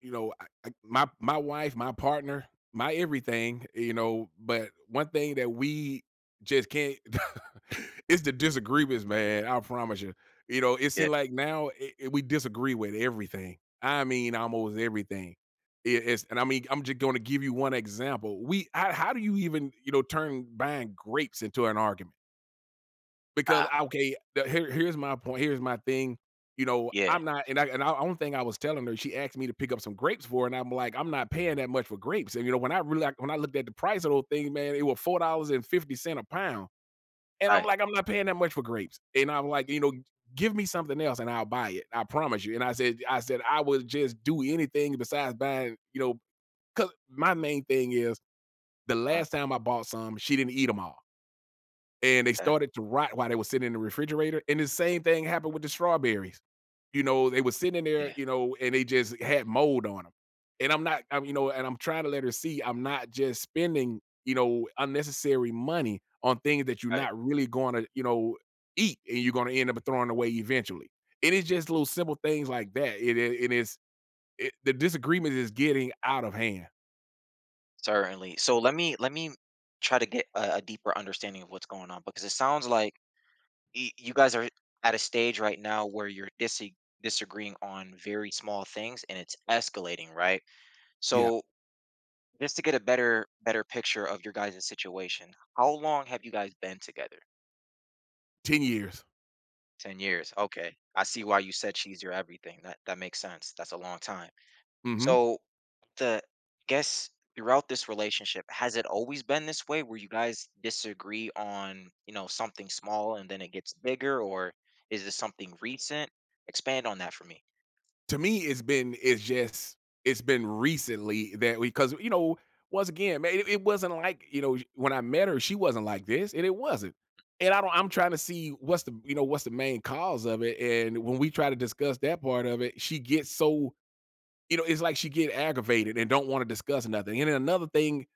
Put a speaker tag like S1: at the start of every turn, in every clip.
S1: my wife, my partner, my everything, you know. But one thing that we just can't is the disagreements, man. I promise you. You know, it
S2: Yeah.
S1: seems like now we disagree with everything. I mean, almost everything. It- it's, and I mean, I'm just going to give you one example. How do you even, you know, turn buying grapes into an argument? Because
S2: Ah,
S1: okay, the here's my point, here's my thing, you know,
S2: yeah.
S1: I'm not and I and I one thing I was telling her, she asked me to pick up some grapes for her, and I'm like, "I'm not paying that much for grapes," and, you know, when I really like, when I looked at the price of those things, man, it was $4.50 a pound, and I'm
S2: Right.
S1: like, "I'm not paying that much for grapes," and I'm like, you know, "Give me something else and I'll buy it, I promise you," and I said, "I would just do anything besides buying," because my main thing is the
S2: Uh,
S1: last time I bought some, she didn't eat them all and they
S2: okay.
S1: started to rot while they were sitting in the refrigerator. And the same thing happened with the strawberries. You know, they were sitting there,
S2: Yeah.
S1: you know, and they just had mold on them. And I'm not, I'm, you know, and I'm trying to let her see I'm not just spending, you know, unnecessary money on things that you're
S2: Right.
S1: not really going to, you know, eat and you're going to end up throwing away eventually. And it's just little simple things like that. The disagreement is getting out of hand.
S2: Certainly. So let me try to get a deeper understanding of what's going on because it sounds like you guys are at a stage right now where you're disagreeing on very small things and it's escalating, right?
S1: Yeah.
S2: So just to get a better picture of your guys' situation, how long have you guys been together?
S1: 10 years.
S2: 10 years. Okay. I see why you said she's your everything. That makes sense. That's a long time.
S1: Hmm.
S2: So, the guess throughout this relationship, has it always been this way where you guys disagree on something small and then it gets bigger, or is this something recent? Expand on that for me.
S1: To me, it's been recently that we, because you know, once again, man, it wasn't like, you know, when I met her, she wasn't like this, and it wasn't. And I don't. I'm trying to see what's the, you know, what's the main cause of it. And when we try to discuss that part of it, she gets so, you know, it's like she get aggravated and don't want to discuss nothing. And then another thing,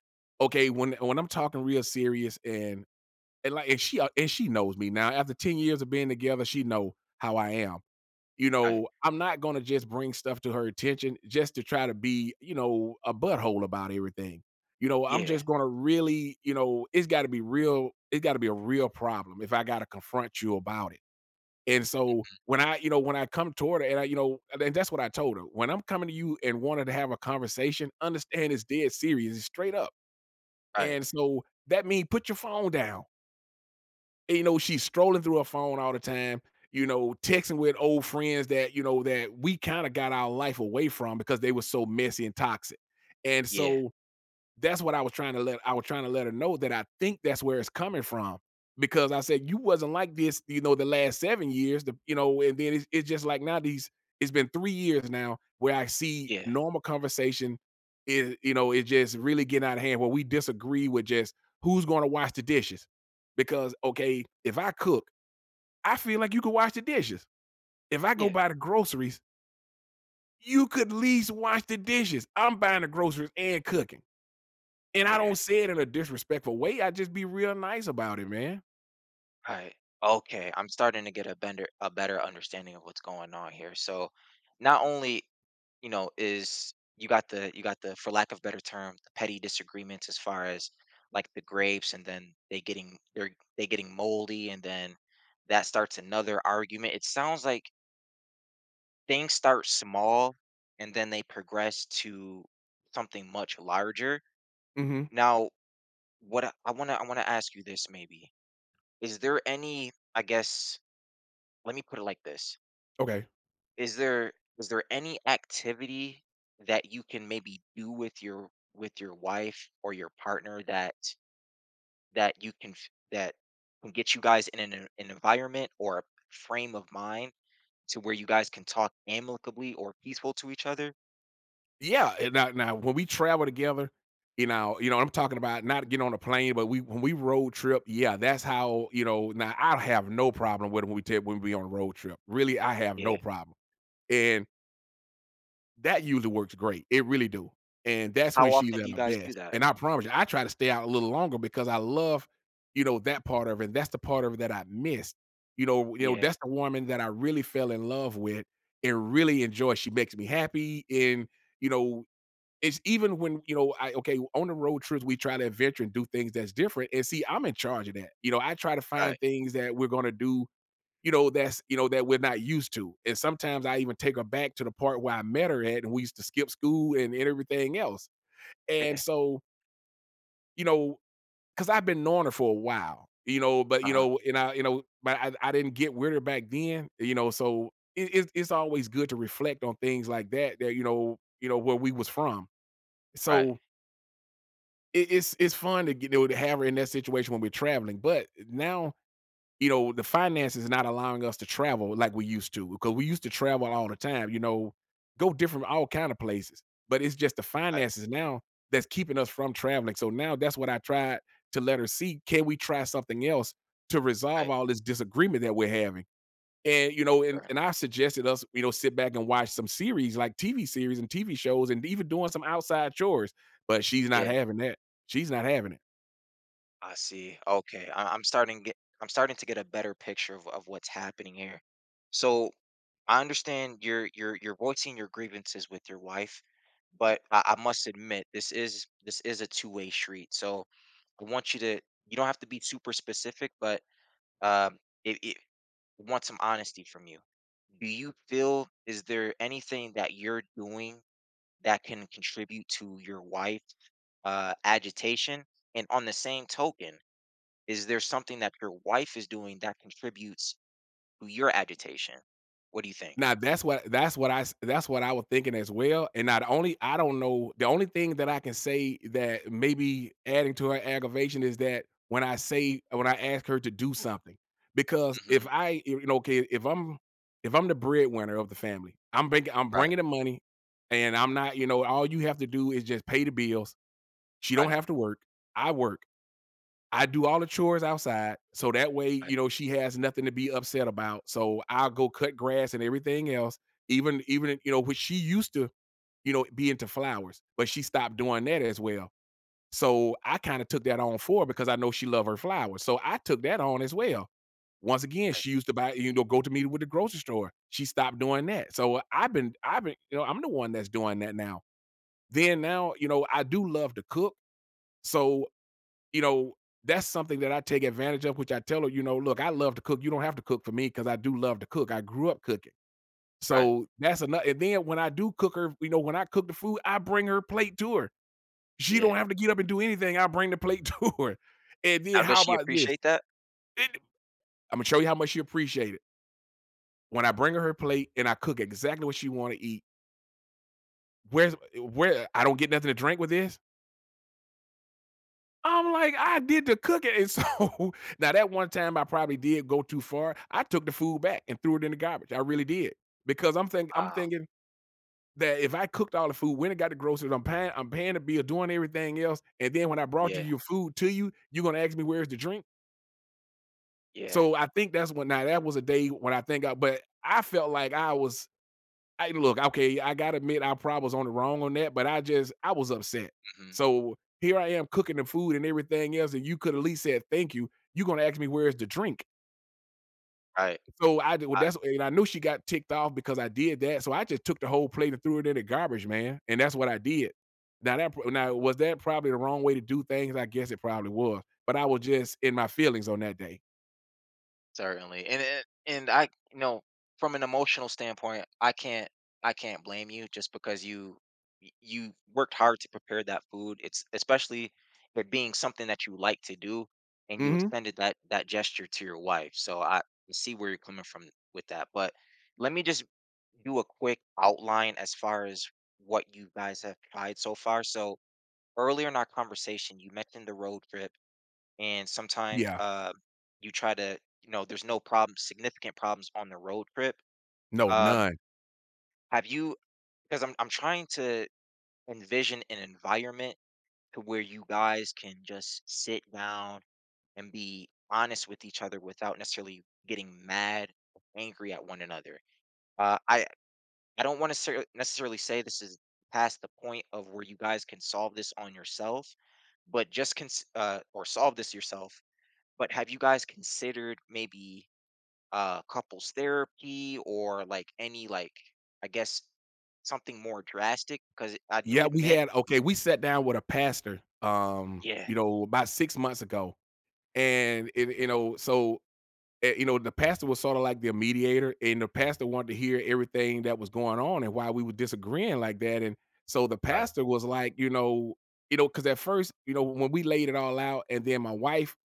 S1: okay, when I'm talking real serious and she and she knows me now after 10 years of being together, she know how I am. You
S2: Right.
S1: know, I'm not gonna just bring stuff to her attention just to try to be, you know, a butthole about everything. You know, I'm
S2: Yeah.
S1: just gonna really, you know, it's gotta be real, it's gotta be a real problem if I gotta confront you about it. And so when I come toward her and I, you know, and that's what I told her. When I'm coming to you and wanting to have a conversation, understand it's dead serious, it's straight up.
S2: Right.
S1: And so that means put your phone down. You know, she's strolling through her phone all the time, you know, texting with old friends that, you know, that we kind of got our life away from because they were so messy and toxic. And
S2: Yeah.
S1: so that's what I was trying to let I was trying to let her know that I think that's where it's coming from because I said you wasn't like this, you know, the last 7 years, the, you know, and then it's just like now these. It's been 3 years now where I see
S2: Yeah.
S1: normal conversation is, you know, it's just really getting out of hand. Where we disagree with just who's going to wash the dishes, because okay, if I cook, I feel like you could wash the dishes. If I go
S2: Yeah.
S1: buy the groceries, you could at least wash the dishes. I'm buying the groceries and cooking. And I
S2: Yeah.
S1: don't say it in a disrespectful way. I just be real nice about it, man.
S2: Right. Okay. I'm starting to get a better understanding of what's going on here. So not only is you got the for lack of better term, the petty disagreements as far as like the grapes and then they getting moldy and then that starts another argument. It sounds like things start small and then they progress to something much larger.
S1: Mhm.
S2: Now, what I want to ask you this maybe. Is there any I guess let me put it like this.
S1: Okay.
S2: Is there is there any activity that you can maybe do with your wife or your partner that can get you guys in an environment or a frame of mind to where you guys can talk amicably or peaceful to each other?
S1: Yeah, and now when we travel together, you know, I'm talking about not getting on a plane, but we when we road trip, yeah, that's how, you know, now I have no problem with it when we take when we on a road trip. Really, I have
S2: Yeah.
S1: no problem. And that usually works great. It really do. And that's when
S2: How
S1: she's
S2: often do
S1: at
S2: you
S1: her
S2: guys do
S1: best.
S2: that?
S1: And I promise you, I try to stay out a little longer because I love, you know, that part of it. And that's the part of it that I missed. You know,
S2: Yeah.
S1: that's the woman that I really fell in love with and really enjoy. She makes me happy and, you know, it's even when, you know, I okay, on the road trips, we try to adventure and do things that's different, and see, I'm in charge of that. You know, I try to
S2: Right.
S1: find things that we're gonna do, you know, that we're not used to. And sometimes I even take her back to the part where I met her at and we used to skip school and everything else. And
S2: Yeah.
S1: so, you know, because I've been knowing her for a while, you know, but
S2: Uh
S1: you
S2: huh.
S1: know, and I, you know, but I didn't get with her back then, you know, so it's always good to reflect on things like that, that you know, where we was from.
S2: Right.
S1: So it's fun to get, you know, to have her in that situation when we're traveling. But now you know, the finances is not allowing us to travel like we used to because we used to travel all the time, you know, go different all kind of places. But it's just the
S2: Right.
S1: finances now that's keeping us from traveling. So now that's what I tried to let her see. Can we try something else to resolve
S2: Right.
S1: all this disagreement that we're having? And you know, and
S2: Currently.
S1: I suggested us, you know, sit back and watch some series like TV series and TV shows and even doing some outside chores. But she's not
S2: Yeah.
S1: having that. She's not having it.
S2: I see. Okay. I'm starting to get a better picture of what's happening here. So I understand you're voicing your grievances with your wife, but I must admit this is a two-way street. So I want you to you don't have to be super specific, but um it, it I want some honesty from you. Do you feel is there anything that you're doing that can contribute to your wife agitation? And on the same token, is there something that your wife is doing that contributes to your agitation? What do you think?
S1: Now that's what I was thinking as well. And not only I don't know, the only thing that I can say that maybe adding to her aggravation is that when I say when I ask her to do something, because if
S2: Mhm.
S1: I you know okay if I'm the breadwinner of the family, I'm
S2: Right,
S1: bringing the money, and I'm not, you know, all you have to do is just pay the bills. She don't
S2: right,
S1: have to work. I work. I do all the chores outside, so that way,
S2: right,
S1: you know, she has nothing to be upset about. So I'll go cut grass and everything else, even even you know, which she used to, you know, be into flowers, but she stopped doing that as well. So I kind of took that on for her because I know she loved her flowers. So I took that on as well. Once again,
S2: right,
S1: she used to buy, you know, go to me with the grocery store. She stopped doing that. So I've been, you know, I'm the one that's doing that now. Then now, you know, I do love to cook. So you know, that's something that I take advantage of, which I tell her, you know, look, I love to cook. You don't have to cook for me because I do love to cook. I grew up cooking.
S2: right.
S1: So that's another. And then when I do cook her, you know, when I cook the food, I bring her plate to her. She
S2: Yeah.
S1: don't have to get up and do anything. I bring the plate to her. And then
S2: Now does
S1: how
S2: she
S1: about this?
S2: appreciate that?
S1: It- I'm gonna show you how much she appreciate it. When I bring her her plate and I cook exactly what she want to eat, where I don't get nothing to drink with this, I'm like, I did the cooking. And so now that one time I probably did go too far. I took the food back and threw it in the garbage. I really did. Because I'm
S2: Wow.
S1: thinking that if I cooked all the food, when it got the groceries, I'm paying the bill, doing everything else. And then when I brought you
S2: Yeah,
S1: your food to you, you're gonna ask me where's the drink.
S2: yeah.
S1: So I think that's when, now that was a day when I felt like I was I look, okay, I gotta admit I probably was on the wrong on that, but I was upset.
S2: Mhm.
S1: So here I am cooking the food and everything else, and you could at least said thank you. You're gonna ask me where's the drink.
S2: Right.
S1: So that's, and I knew she got ticked off because I did that. So I just took the whole plate and threw it in the garbage, man. And that's what I did. Now was that probably the wrong way to do things? I guess it probably was. But I was just in my feelings on that day.
S2: Certainly, and I you know, from an emotional standpoint, I can't blame you just because you worked hard to prepare that food. It's especially it being something that you like to do, and you
S1: Hmm.
S2: extended that gesture to your wife. So I see where you're coming from with that, but let me just do a quick outline as far as what you guys have tried so far. So earlier in our conversation, you mentioned the road trip and sometimes
S1: Yeah.
S2: you try to there's no problems, significant problems on the road trip.
S1: No,
S2: um
S1: none.
S2: have you because I'm trying to envision an environment to where you guys can just sit down and be honest with each other without necessarily getting mad or angry at one another. Uh i i don't want to necessarily say this is past the point of where you guys can solve this on yourself, but just or solve this yourself, but have you guys considered maybe couples therapy or like any, like I guess something more drastic because I do
S1: Yeah, we
S2: admit.
S1: had, okay, we sat down with a pastor,
S2: Yeah.
S1: you know, about 6 months ago, and it you know, so, eh, you know, the pastor was sorta like the mediator, and the pastor wanted to hear everything that was going on and why we were disagreeing like that, and so the
S2: Right.
S1: pastor was like, you know, because at first, you know, when we laid it all out, and then my wife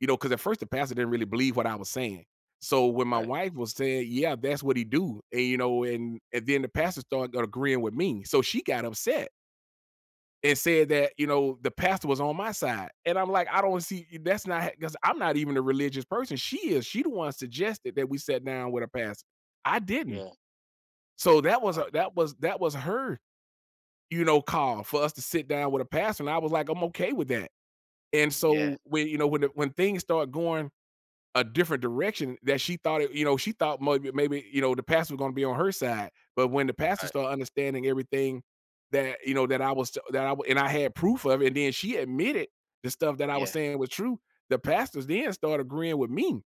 S1: you know, because at first the pastor didn't really believe what I was saying. So when my
S2: Right.
S1: wife was saying, "Yeah, that's what he do," and, you know, and then the pastor started agreeing with me, so she got upset and said that, you know, the pastor was on my side. And I'm like, I don't see that's not, because I'm not even a religious person. She is. She the one suggested that we sat down with a pastor. I didn't.
S2: Yeah.
S1: So
S2: Okay.
S1: that was her, you know, call for us to sit down with a pastor, and I was like, I'm okay with that. And
S2: Yeah.
S1: so when, you know, when things start going a different direction that she thought it, you know, she thought maybe, you know, the pastor was gonna be on her side. But when the pastor
S2: Right.
S1: started understanding everything that, you know, that I was that I, and I had proof of it, and then she admitted the stuff that I was
S2: Yeah.
S1: saying was true, the pastors then started agreeing with me.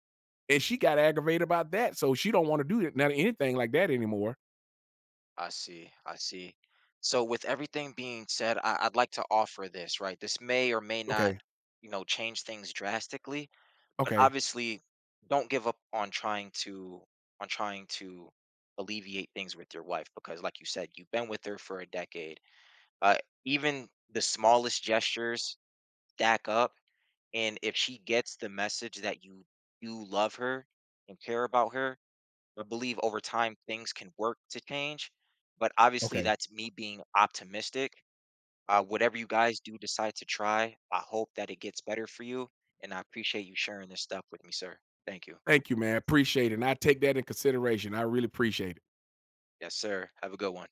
S1: And she got aggravated about that. So she don't want to do that, not anything like that anymore.
S2: I see. I see. So with everything being said, I'd like to offer this, right, this may or may not
S1: Okay,
S2: change things drastically, but
S1: okay,
S2: obviously don't give up on trying to alleviate things with your wife because like you said, you've been with her for a decade. Uh, Even the smallest gestures stack up, and if she gets the message that you do love her and care about her, I believe over time things can work to change. But obviously,
S1: okay.
S2: that's me being optimistic. Whatever you guys do decide to try, I hope that it gets better for you. And I appreciate you sharing this stuff with me, sir. Thank you.
S1: Thank you, man. Appreciate it. And I take that in consideration. I really appreciate it.
S2: Yes, sir. Have a good one.